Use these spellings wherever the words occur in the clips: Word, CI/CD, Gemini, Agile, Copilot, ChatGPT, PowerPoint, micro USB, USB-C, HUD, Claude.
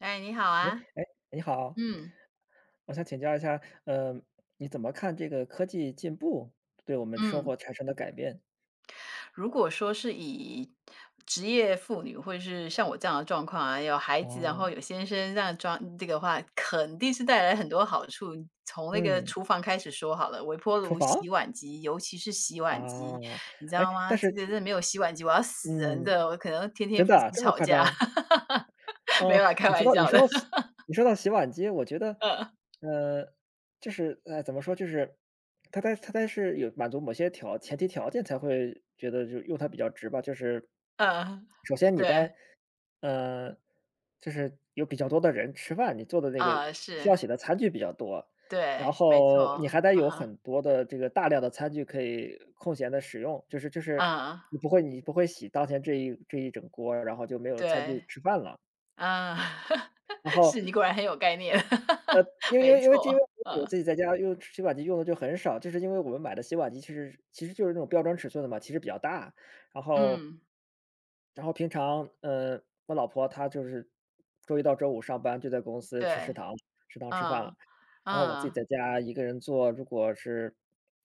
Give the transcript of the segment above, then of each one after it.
哎，你好啊。哎，你好，嗯，我想请教一下，呃，你怎么看这个科技进步对我们生活嗯，产生的改变？如果说是以职业妇女，或者是像我这样的状况啊，有孩子，然后哦，有先生这样装这个话，肯定是带来很多好处。从那个嗯，厨房开始说好了，微波厨炉、房？洗碗机，尤其是洗碗机，啊，你知哎，道但吗？这个是真的没有洗碗机，我要死人嗯，的，我可能天天真夫的啊妻这么吵夸架。张？没嗯，有啦，开玩笑的。你说到洗碗机，我觉得，嗯，呃，就是，怎么说，就是它是有满足某些前提条件才会觉得就用它比较值吧。就是嗯，首先你在，对，呃，就是有比较多的人吃饭，你做的那个啊，需是，要洗的餐具比较多，然对，没后你错，还得嗯有哼，很多的这个大量的餐具可以空闲的使用，就是嗯，你不会洗当前这一整锅，然后就没有餐具对。吃饭了。啊，然后是，你果然很有概念，因 为因没为因为因为错，我嗯，自己在家用洗碗机用的就很少，就是因为我们买的洗碗机其实就是那种标准尺寸的嘛，其实比较大，然后嗯，然后平常，我老婆她就是周一到周五上班就在公司吃食对，堂食堂吃饭了。嗯，然后我自己嗯，在家一个人做，如果是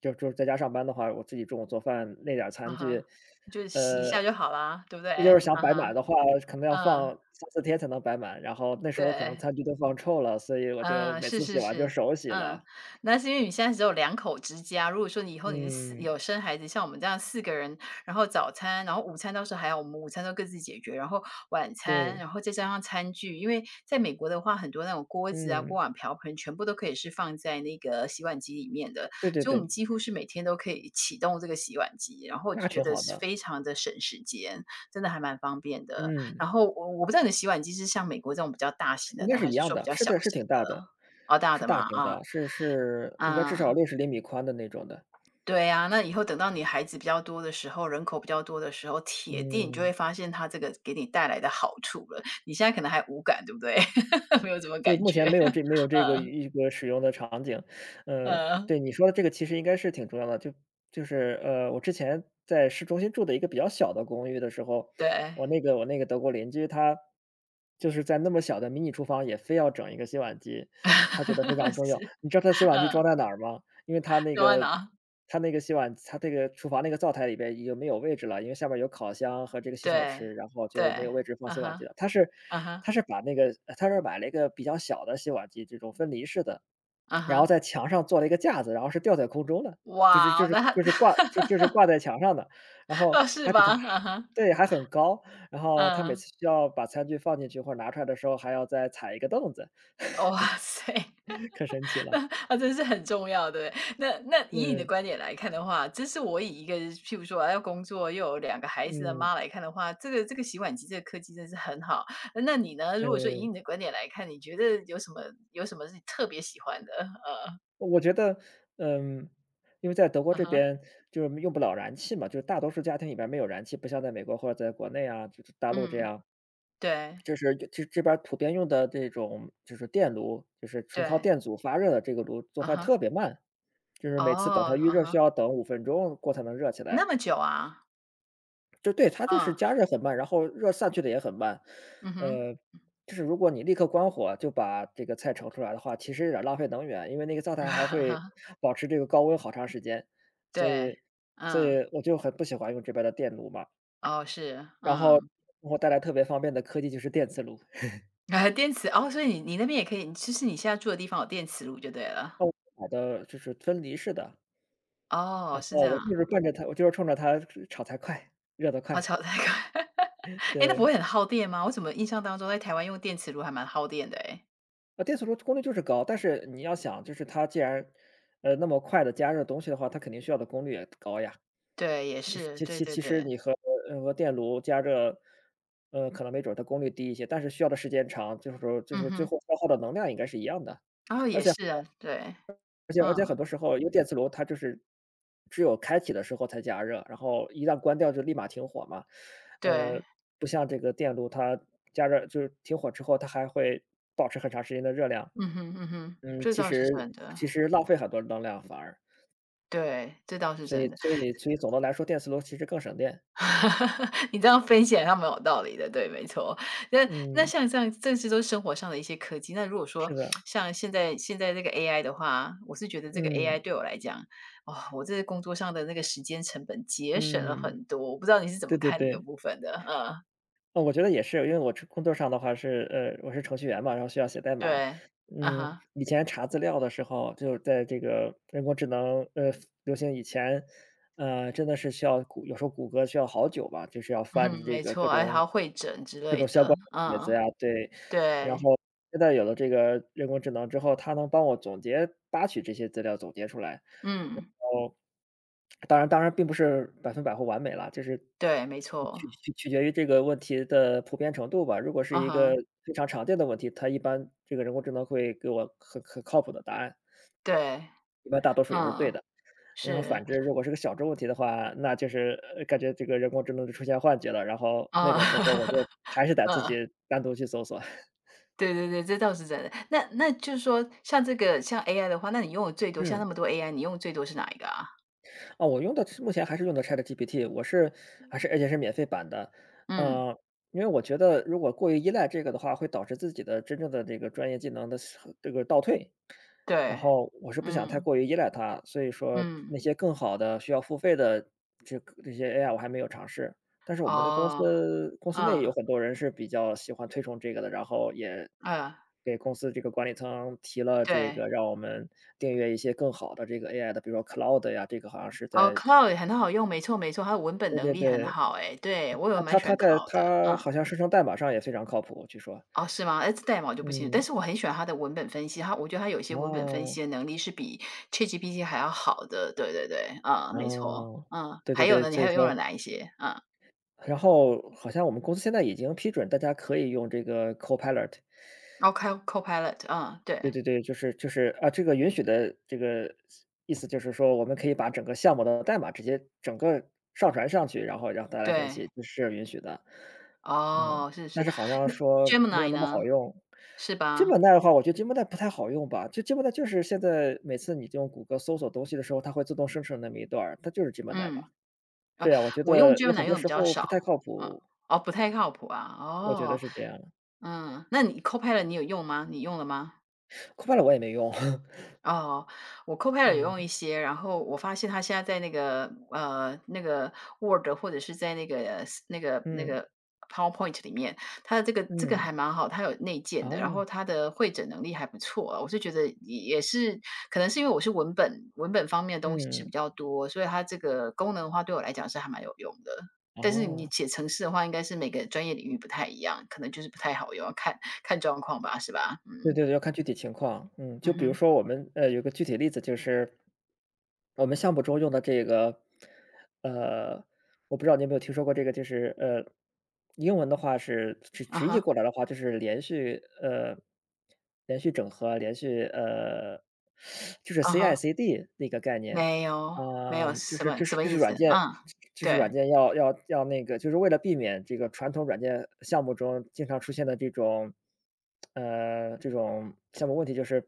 就是在家上班的话，我自己中午做饭那点儿嗯餐哼，具，就洗一呃，下就好啦，对不对？要是想啊摆哈，满的话，可能要嗯，放三四天才能摆满，然后那时候可能对。餐具都放臭了，所以我就嗯，每是次洗是完就是，手洗嗯，了。那是因为你现在只有两口之家，如果说你以后你是四嗯，有生孩子，像我们这样四个人，然后早餐，然后午餐到时候还好，我们午餐都各自解决，然后晚餐，对，然后再加上餐具，因为在美国的话，很多那种锅子啊、嗯，锅碗瓢盆全部都可以是放在那个洗碗机里面的，对对所以我对，们几乎是每天都可以启动这个洗碗机，然后我那就觉挺得好是的，非常的省时间，真的还蛮方便的。嗯。然后我不知道你的洗碗机是像美国这种比较大型应的该呢，是一还是样说比的，较是小的，是型挺大的？的，哦，大是的嘛，大型啊，的，是是应该至少啊，六十厘米宽的那种的。对啊，那以后等到你孩子比较多的时候，人口比较多的时候，铁定你就会嗯，发现它这个给你带来的好处了。你现在可能还无感，对不对？没有什么就感目觉，前没有这没有这个嗯，一个使用的场景。嗯，对，你说的这个其实应该是挺重要的，就就是，我之前在市中心住的一个比较小的公寓的时候，对，我那个德国邻居他就是在那么小的迷你厨房也非要整一个洗碗机，他觉得非常 重要。是，你知道他洗碗机嗯，装在哪儿吗？因为它那都会个呢？它那个洗碗它这个厨房那个灶台里边已经没有位置了，因为下边有烤箱和这个洗手对，池，然后对，就没有位置放啊洗碗哈，机了。它是啊哈，它是把那个它是买了一个比较小的洗碗机，这种分离式的，啊然后哈，在墙上做了一个架子，然后是吊在空中的，就是哇就哦，是那就他 是挂就就 是挂在墙上的，然后哦，是还比吧？较啊哈，对，还很高，然后他每嗯。次需要把餐具放进去或者拿出来的时候，还要再踩一个凳子，哇塞，可神 奇了。那真是很重要，对不对？那以你的对，观点来看的话，这是我以一个譬如说啊要工作又有两个孩子的嗯，妈来看的话，这个这个洗碗机这个科技真是很好。那你呢？如果说以对。你的观点来看，你觉得有什么是你特别喜欢的？呃，我觉得，嗯，因为在德国啊这哈，边就是用不了燃气嘛，就是大多数家庭里边没有燃气，不像在美国或者在国内啊，就是大陆这嗯，样，对就是这这边儿普遍用的这种就是电炉，就是纯靠对，电阻发热的这个炉，做啊饭哈，特别慢，就是哦，每次等它预啊热哈，需要等五分钟锅才能热起那来。么久啊，就对，它就是嗯加热很慢，然后热散去的也很慢。嗯哼，呃，就是如果你立刻关火就把这个菜盛出来的话，其实有点儿浪费能源，因为那个灶台还会 保持这个高温好长时间。所对，以所嗯，以我就很不喜欢用这边的电炉嘛。哦是，然后嗯。给我带来特别方便的科技就是电磁炉，啊，电磁哦，所以你你那边也可以，就是你现在住的地方有电磁炉就对了。那我买的就是分离式的，哦，是这样啊，我就是冲着它炒菜快，热得好快，巧，太快。哎，那不对。会很耗电吗？我怎么印象当中在台湾用电磁炉还蛮耗电的哎，啊，电磁炉功率就是高，但是你要想，就是它既然，那么快的加热东西的话，它肯定需要的功率也高呀。对，也其实是，其对其对其实对，你和和电炉加热，可能没准儿它功率低一些，但是需要的时间长，就是说就嗯是最哼，后消耗的能量应该是一样的。哦，而也且是啊，对，而且很嗯，多时候，因为电磁炉它就是只有开启的时候才加热，然后一旦关掉就立马停火嘛。对，呃，不像这个电炉，它加热就是停火之后，它还会保持很长时间的热量。嗯哼嗯哼，嗯，这其倒是实真的，其实浪费很多能量反而，对，这倒是所真以的。所以所以总的来说电磁炉其实更省电。你这样分析好像蛮有道理的，对，没错。那嗯，像这样，这些都是生活上的一些科技。那如果说是的，像现在这个 AI 的话，我是觉得这个 AI 嗯，对我来讲，哦，我这工作上的那个时间成本节省了嗯，很多。我不知道你是怎么对对看这个对。部分的？嗯，我觉得也是，因为我这工作上的话是，我是程序员嘛，然后需要写代码。对，啊嗯，哈，以前查资料的时候，就是在这个人工智能流行以前，真的是需要谷，有时候谷歌需要好久吧，就是要嗯，翻这没个错，哎，还要会诊之各类种相的，关的帖嗯，子呀，对。然对，后现在有了这个人工智能之后，它能帮我总结、扒取这些资料，总结出来。嗯，当然并不是百分百或完美了，就是对，没错，取决于这个问题的普遍程度吧。如果是啊一个哈，非常常见的问题，它一般这个人工智能会给我很靠谱的答案，对，一般大多数也是对嗯，的。然后是，反之，如果是个小众问题的话，那就是感觉这个人工智能就出现幻觉了，然后那种时候我哈，就还是得自己嗯。单独去搜索。对对对，这倒是真的。那就是说像这个像 AI 的话，那你用的最多像嗯。那么多 AI，你用的最多是哪一个啊？啊，我用的是目前还是用的 ChatGPT，我是还是而且是免费版的。嗯，呃，因为我觉得如果过于依赖这个的话，会导致自己的真正的这个专业技能的这个倒退。然对，后我是不想太嗯，过于依赖它，所以说那嗯，些更好的需要付费的这些 AI 我还没有尝试。但是我们的哦，公司内有嗯，很多人是比较喜欢推崇这个的，然后也嗯，给公司这个管理层提了这对，个让我们订阅一些更好的这个 AI 的，比如说 c l o u d 呀，这个好像是哦 在 c l o u d e 很好用，没错没错，它的文本对能对力很对，好，诶，对，我有它它蛮喜它欢 c l 在 o u d 的，它嗯，好像生成代码上也非常靠谱，据说。哦，是吗？诶，这代码我就不清楚，但嗯，是我很喜欢它的文本分析，它我觉得它有一些文本分哦，析的能力是比 ChatGPT 还要好的，对对对，嗯，没错，哦，嗯，对对还有对，呢，你所以还有用了说哪一些？嗯。然后好像我们公司现在已经批准大家可以用这个 Copilot。哦 Copilot，嗯，对对，对对，就是啊，这个允许的这个意思就是说，我们可以把整个项目的代码直接整个上传上去，然后让大家来分对，析，这是允许的。嗯，哦，是但是。是好像那 说没有 Gemini 那么好呢？用。是金吧？本带的话，我觉得金本带不太好用吧，就金本带就是现在每次你用谷歌搜索东西的时候，它会自动生成那么一段儿它就是金本带吧。嗯，呃，对啊，我觉我用 得有很 Gemini 用多的比时较候不太少，靠嗯，谱，哦，不太靠谱啊，我觉得哦，是这样的。嗯，那你 Copilot 你有用吗？你用了吗？c o p 我也没用，哦，我 Copilot 有用嗯一些，然后我发现它现在在那个 Word 或者是在那个那个那嗯个 PowerPoint 里面，它的这个嗯，还蛮好，它有内建的，然啊，后它的会诊能力还不错啊我是觉得也是可能是因为我是文本方面的东西是比嗯。较多，所以它这个功能的话对我来讲是还蛮有用的。但是你哦，写程式的话，应该是每个专业领域不太一样，可能就是不太好用，要看看状况吧，是吧？对嗯，对对，要看具体情况。嗯，嗯就比如哼，说我们有个具体例子就是，我们项目中用的这个，呃，我不知道你有没有听说过这个，就是英文的话是啊直译哈，过来的话，就是连续连续整合，连续就是 啊哈。CI/CD 那个概念。没有，没有，就什是么这什是么这是意思？软件嗯，这是对，软件要那个就是为了避免这个传统软件项目中经常出现的这种项目问题，就是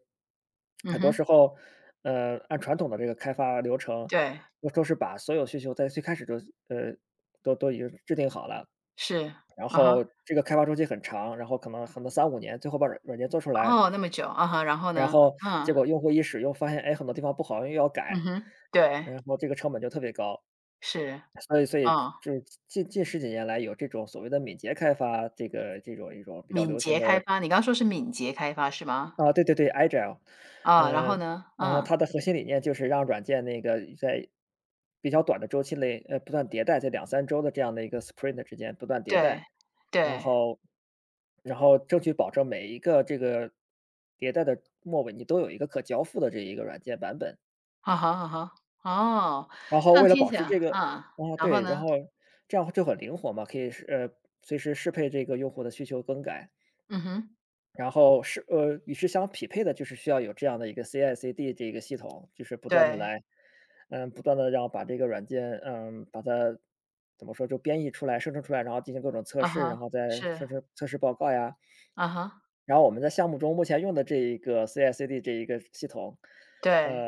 嗯很多时哼，候，按传统的这个开发流程，对，都是把所有需求在最开始就呃，都已经制定好了。是，然啊哈，后这个开发周期很长，然后可能三五年，最后把软件做出来。哦，那么久，啊哈，然后然呢？后结嗯，果用户一使用发现，哎，很多地方不好用又要嗯改，哼，对，然后这个成本就特别高。是，所以嗯，就是近十几年来有这种所谓的敏捷开发，这个这种一种比较敏流行捷开的。发，你刚说是敏捷开发是吗？啊，对对对，Agile。啊，然嗯，后呢？然后嗯，它的核心理念就是让软件那个在比较短的周期内，不断迭代，在两三周的这样的一个 sprint 之间不断迭代。对，然对，后然后争取保证每一个这个迭代的末尾，你都有一个可交付的这一个软件版本。啊哈，啊哈，哦，然后这样为了听保起来，持这个嗯，啊，然后对，然呢？后这样就很灵活嘛，可以是随时适配这个用户的需求更改。嗯哼，然后是与之相匹配的就是需要有这样的一个 CI/CD 这个系统，就是不断的对，来，不断的让把这个软件，把它怎么说，就编译出来、生成出来，然后进行各种测啊试，哈，然后再是，生成测试报告呀。啊哈，然后我们在项目中目前用的这一个 CI/CD 这一个系统，对，呃，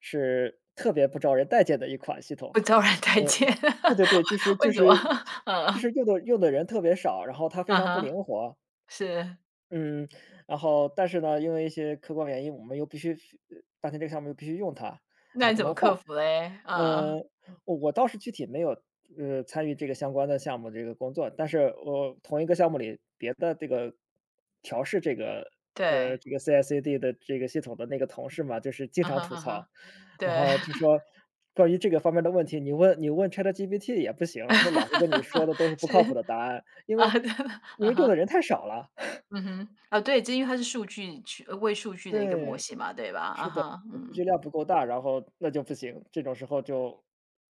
是特别不招人待见的一款系统。不昭 然待呃，见，对对对，就是 为什么？嗯，用的人特别少，然后它非啊常不哈。灵活。是，嗯，然后但是呢，因为一些客观原因，我们又必须呃当前这个项目又必须用它，还那你不怎能么换。克服嘞？嗯嗯，嗯，我倒是具体没有，参与这个相关的项目这个工作，但是我同一个项目里别的这个调试这个，对，这个 CI/CD 的这个系统的那个同事嘛，就是经啊常哈吐嗯哈，槽。然对。后就说关于这个方面的问题，你问 ChatGPT 也不行，他老是跟你说的 都是不靠谱的答案，因啊，为对，因啊为用的哈，人太少了。嗯哼，啊，对，这因为它是数据去为数据的一个模对，型嘛，对吧？啊是的，哈，数嗯。据量不够大，然后那就不行，这种时候就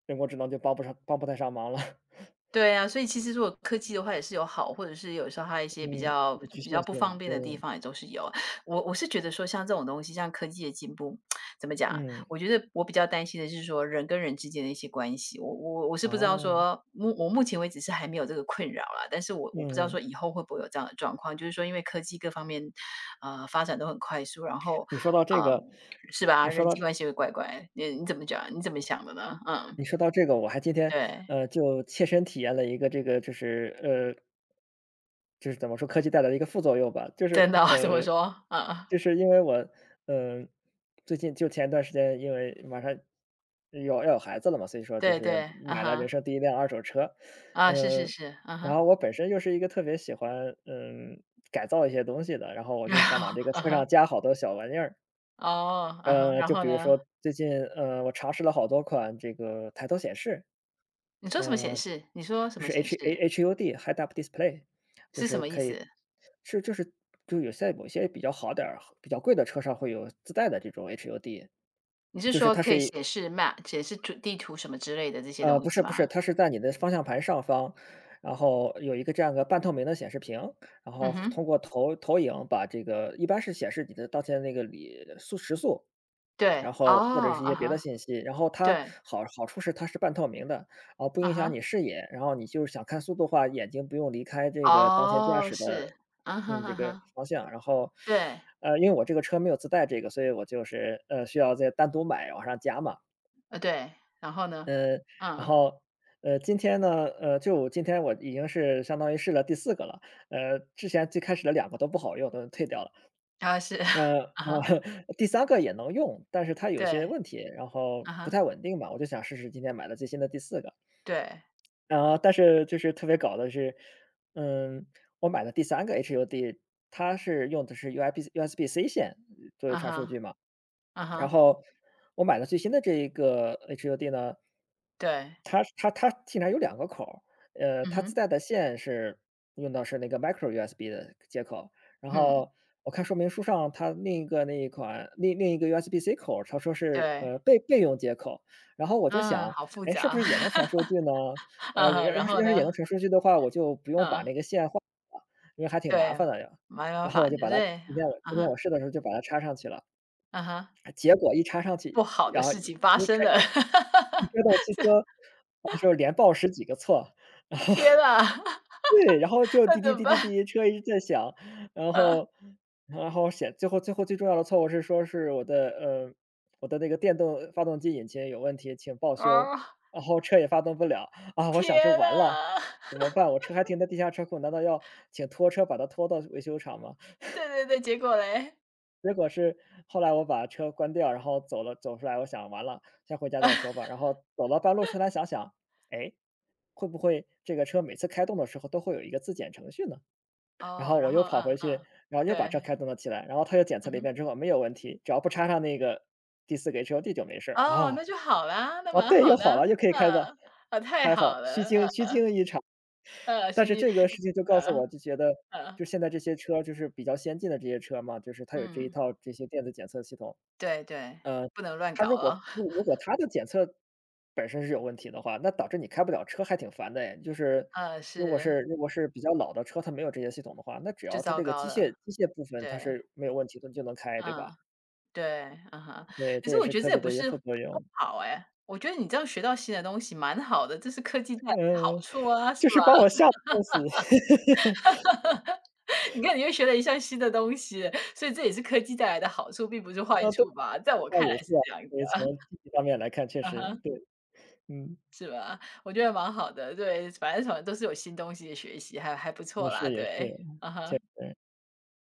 人工智能就帮不太上忙了。对啊，所以其实如果科技的话也是有好，或者是有时候它一嗯，些比较有局比限较不方性，便对。的地方也都是有。我是觉得说像这种东西，像科技的进步，怎么讲？嗯。我觉得我比较担心的是说人跟人之间的一些关系。我是不知道哦。说我目前为止是还没有这个困扰啦，但是我不知道嗯。说以后会不会有这样的状况，就是说因为科技各方面发展都很快速，然后你说到这嗯个是吧？你说人际到关系会怪怪，你你怎么讲？你怎么想的呢？嗯，你说到这个，我还今天，对，就切身体验了一个这个就是怎么说，科技带来的一个副作用吧。就真是，的哦、怎么呃，说？嗯。就是因为我，嗯，呃最近就前一段时间，因为马上要有孩子了嘛，所以说就对是对，啊买了人哈，生第一辆二手车。啊，是是呃，是，啊然后哈，我本身又是一个特别喜欢，改造一些东西的，然后我然就想往后这个啊车上哈，加好多小玩意儿。哦，啊哈，然就后比如呢？说最近，我尝试了好多款这个抬头显示。你说什么显呃，示？你说什就么是 显 示？HUD Head Up Display,就是什是么意可以思？是就是就有些某些比较好点儿、比较贵的车上会有自带的这种 HUD。你是就是说它可是以一显示 map、显示地图什么之类的这些呃，东不是西吗？不是，它是在你的方向盘上方，然后有一个这样个半透明的显示屏，然后嗯哼，通过投影把这个一般是显示你的当前那个时速，对，然后或者哦，是一啊些别的哈，信息，然后它对，好处是它是半透明的，啊，不啊影响哈，你视野，然后你就是想看速度的话，眼睛不用离开这个当前驾哦，驶是，的，啊哈啊这个哈，方向。然后，对，因为我这个车没有自带这个，所以我就是，需要再单独买往上加嘛。呃对，然后呢？嗯，然嗯，后，今天呢，就今天我已经是相当于试了第四个了，之前最开始的两个都不好用，都退掉了。然后是，呃，呃，啊哈，第三个也能用，但是它有些对，问题，然后啊不太哈，稳定吧，我就想试试今天买的最新的第四个。对，然后但是就是特别搞的是，嗯，我买的第三个 HUD,它是用的是 u s b USB-C 线作为啊传输据哈，嘛。啊哈，我买的最新的这一个 HUD 呢，对，它竟然有两个口儿，嗯它自哼，带的线是用的是那个 micro USB 的接口，然嗯，后我看说明书上它另一个那一款另另一个 USB-C 口儿它说是，对。备用接口，然后我就嗯，想，好复哎，是不杂啊。是也能传数据 呢？嗯，要然要是后要是也呢？能传数据的话，我就不用把嗯，那个线换了，因为还挺麻对，烦的呀。没办然后我法，就把它对，今天我啊今天哈，我试的时候就把它插上去了。啊哈，结果一插上去，不好的然后事情发一生开了。一一开到汽车，当时连报十几个错，然后 天啊，对，然后就那滴滴怎么滴滴办？滴，车一直在响，然啊，后然后写最后最后最重要的错误是说是我的，我的那个电动发动机引擎有问题，请报修，哦，然后车也发动不了，啊，我想就天完了，啊，怎么 办？我车还停在地下车库，难道要请拖车把它拖到维修厂吗？对对对，结果嘞？结果是后来我把车关掉，然后走了走出来，我想完了，先回家再说吧。然后走到半路，突然想想，哎，会不会这个车每次开动的时候都会有一个自检程序呢？然后哦，然我又后跑回嗯去，嗯，然后又把对，车开动了起来，然后他又检测嗯了一哼，遍之后没有问题，只要不插上那个第四个 h O d 就没事儿哦，那啊。就好啦，那哦，蛮对，又好的好啊，了，又可以开了，啊，太还好好，虚惊了，虚嗯惊一场。嗯，但嘻是嘻，这个事情就告诉我，嗯就觉得就嗯现在这些车就是比较先进的这些车嘛，就是它有这一嗯，套这些电子检测系统，对对，不能乱它如搞了，果如如果它的检测本身是有问题的话，那导致你开不了车还挺烦的哎。就是嗯，如果是是。如果是比较老的车，它没有这些系统的话，那只就要它糟这个糕机械了，机械部分它对，是没有问题的，你就能开，对吧？嗯，对，嗯哼。对，可这是也我是觉得科这也技不的一些是副不作用。好哎，我觉得你这样学到新的东西蛮好的，这是科技带来的好嗯，处啊，是就吧？是把我吓得半死。你看你又学了一项新的东西，所以这也是科技带来的好处，并不是坏啊，对，处吧？在我那看来也是是啊，这样子，所以从积极方面来看，确嗯实哼，对，嗯，我觉得蛮好的，对，反正什么都是有新东西的学习，还不也错是啦，也是，对，嗯确哼。实。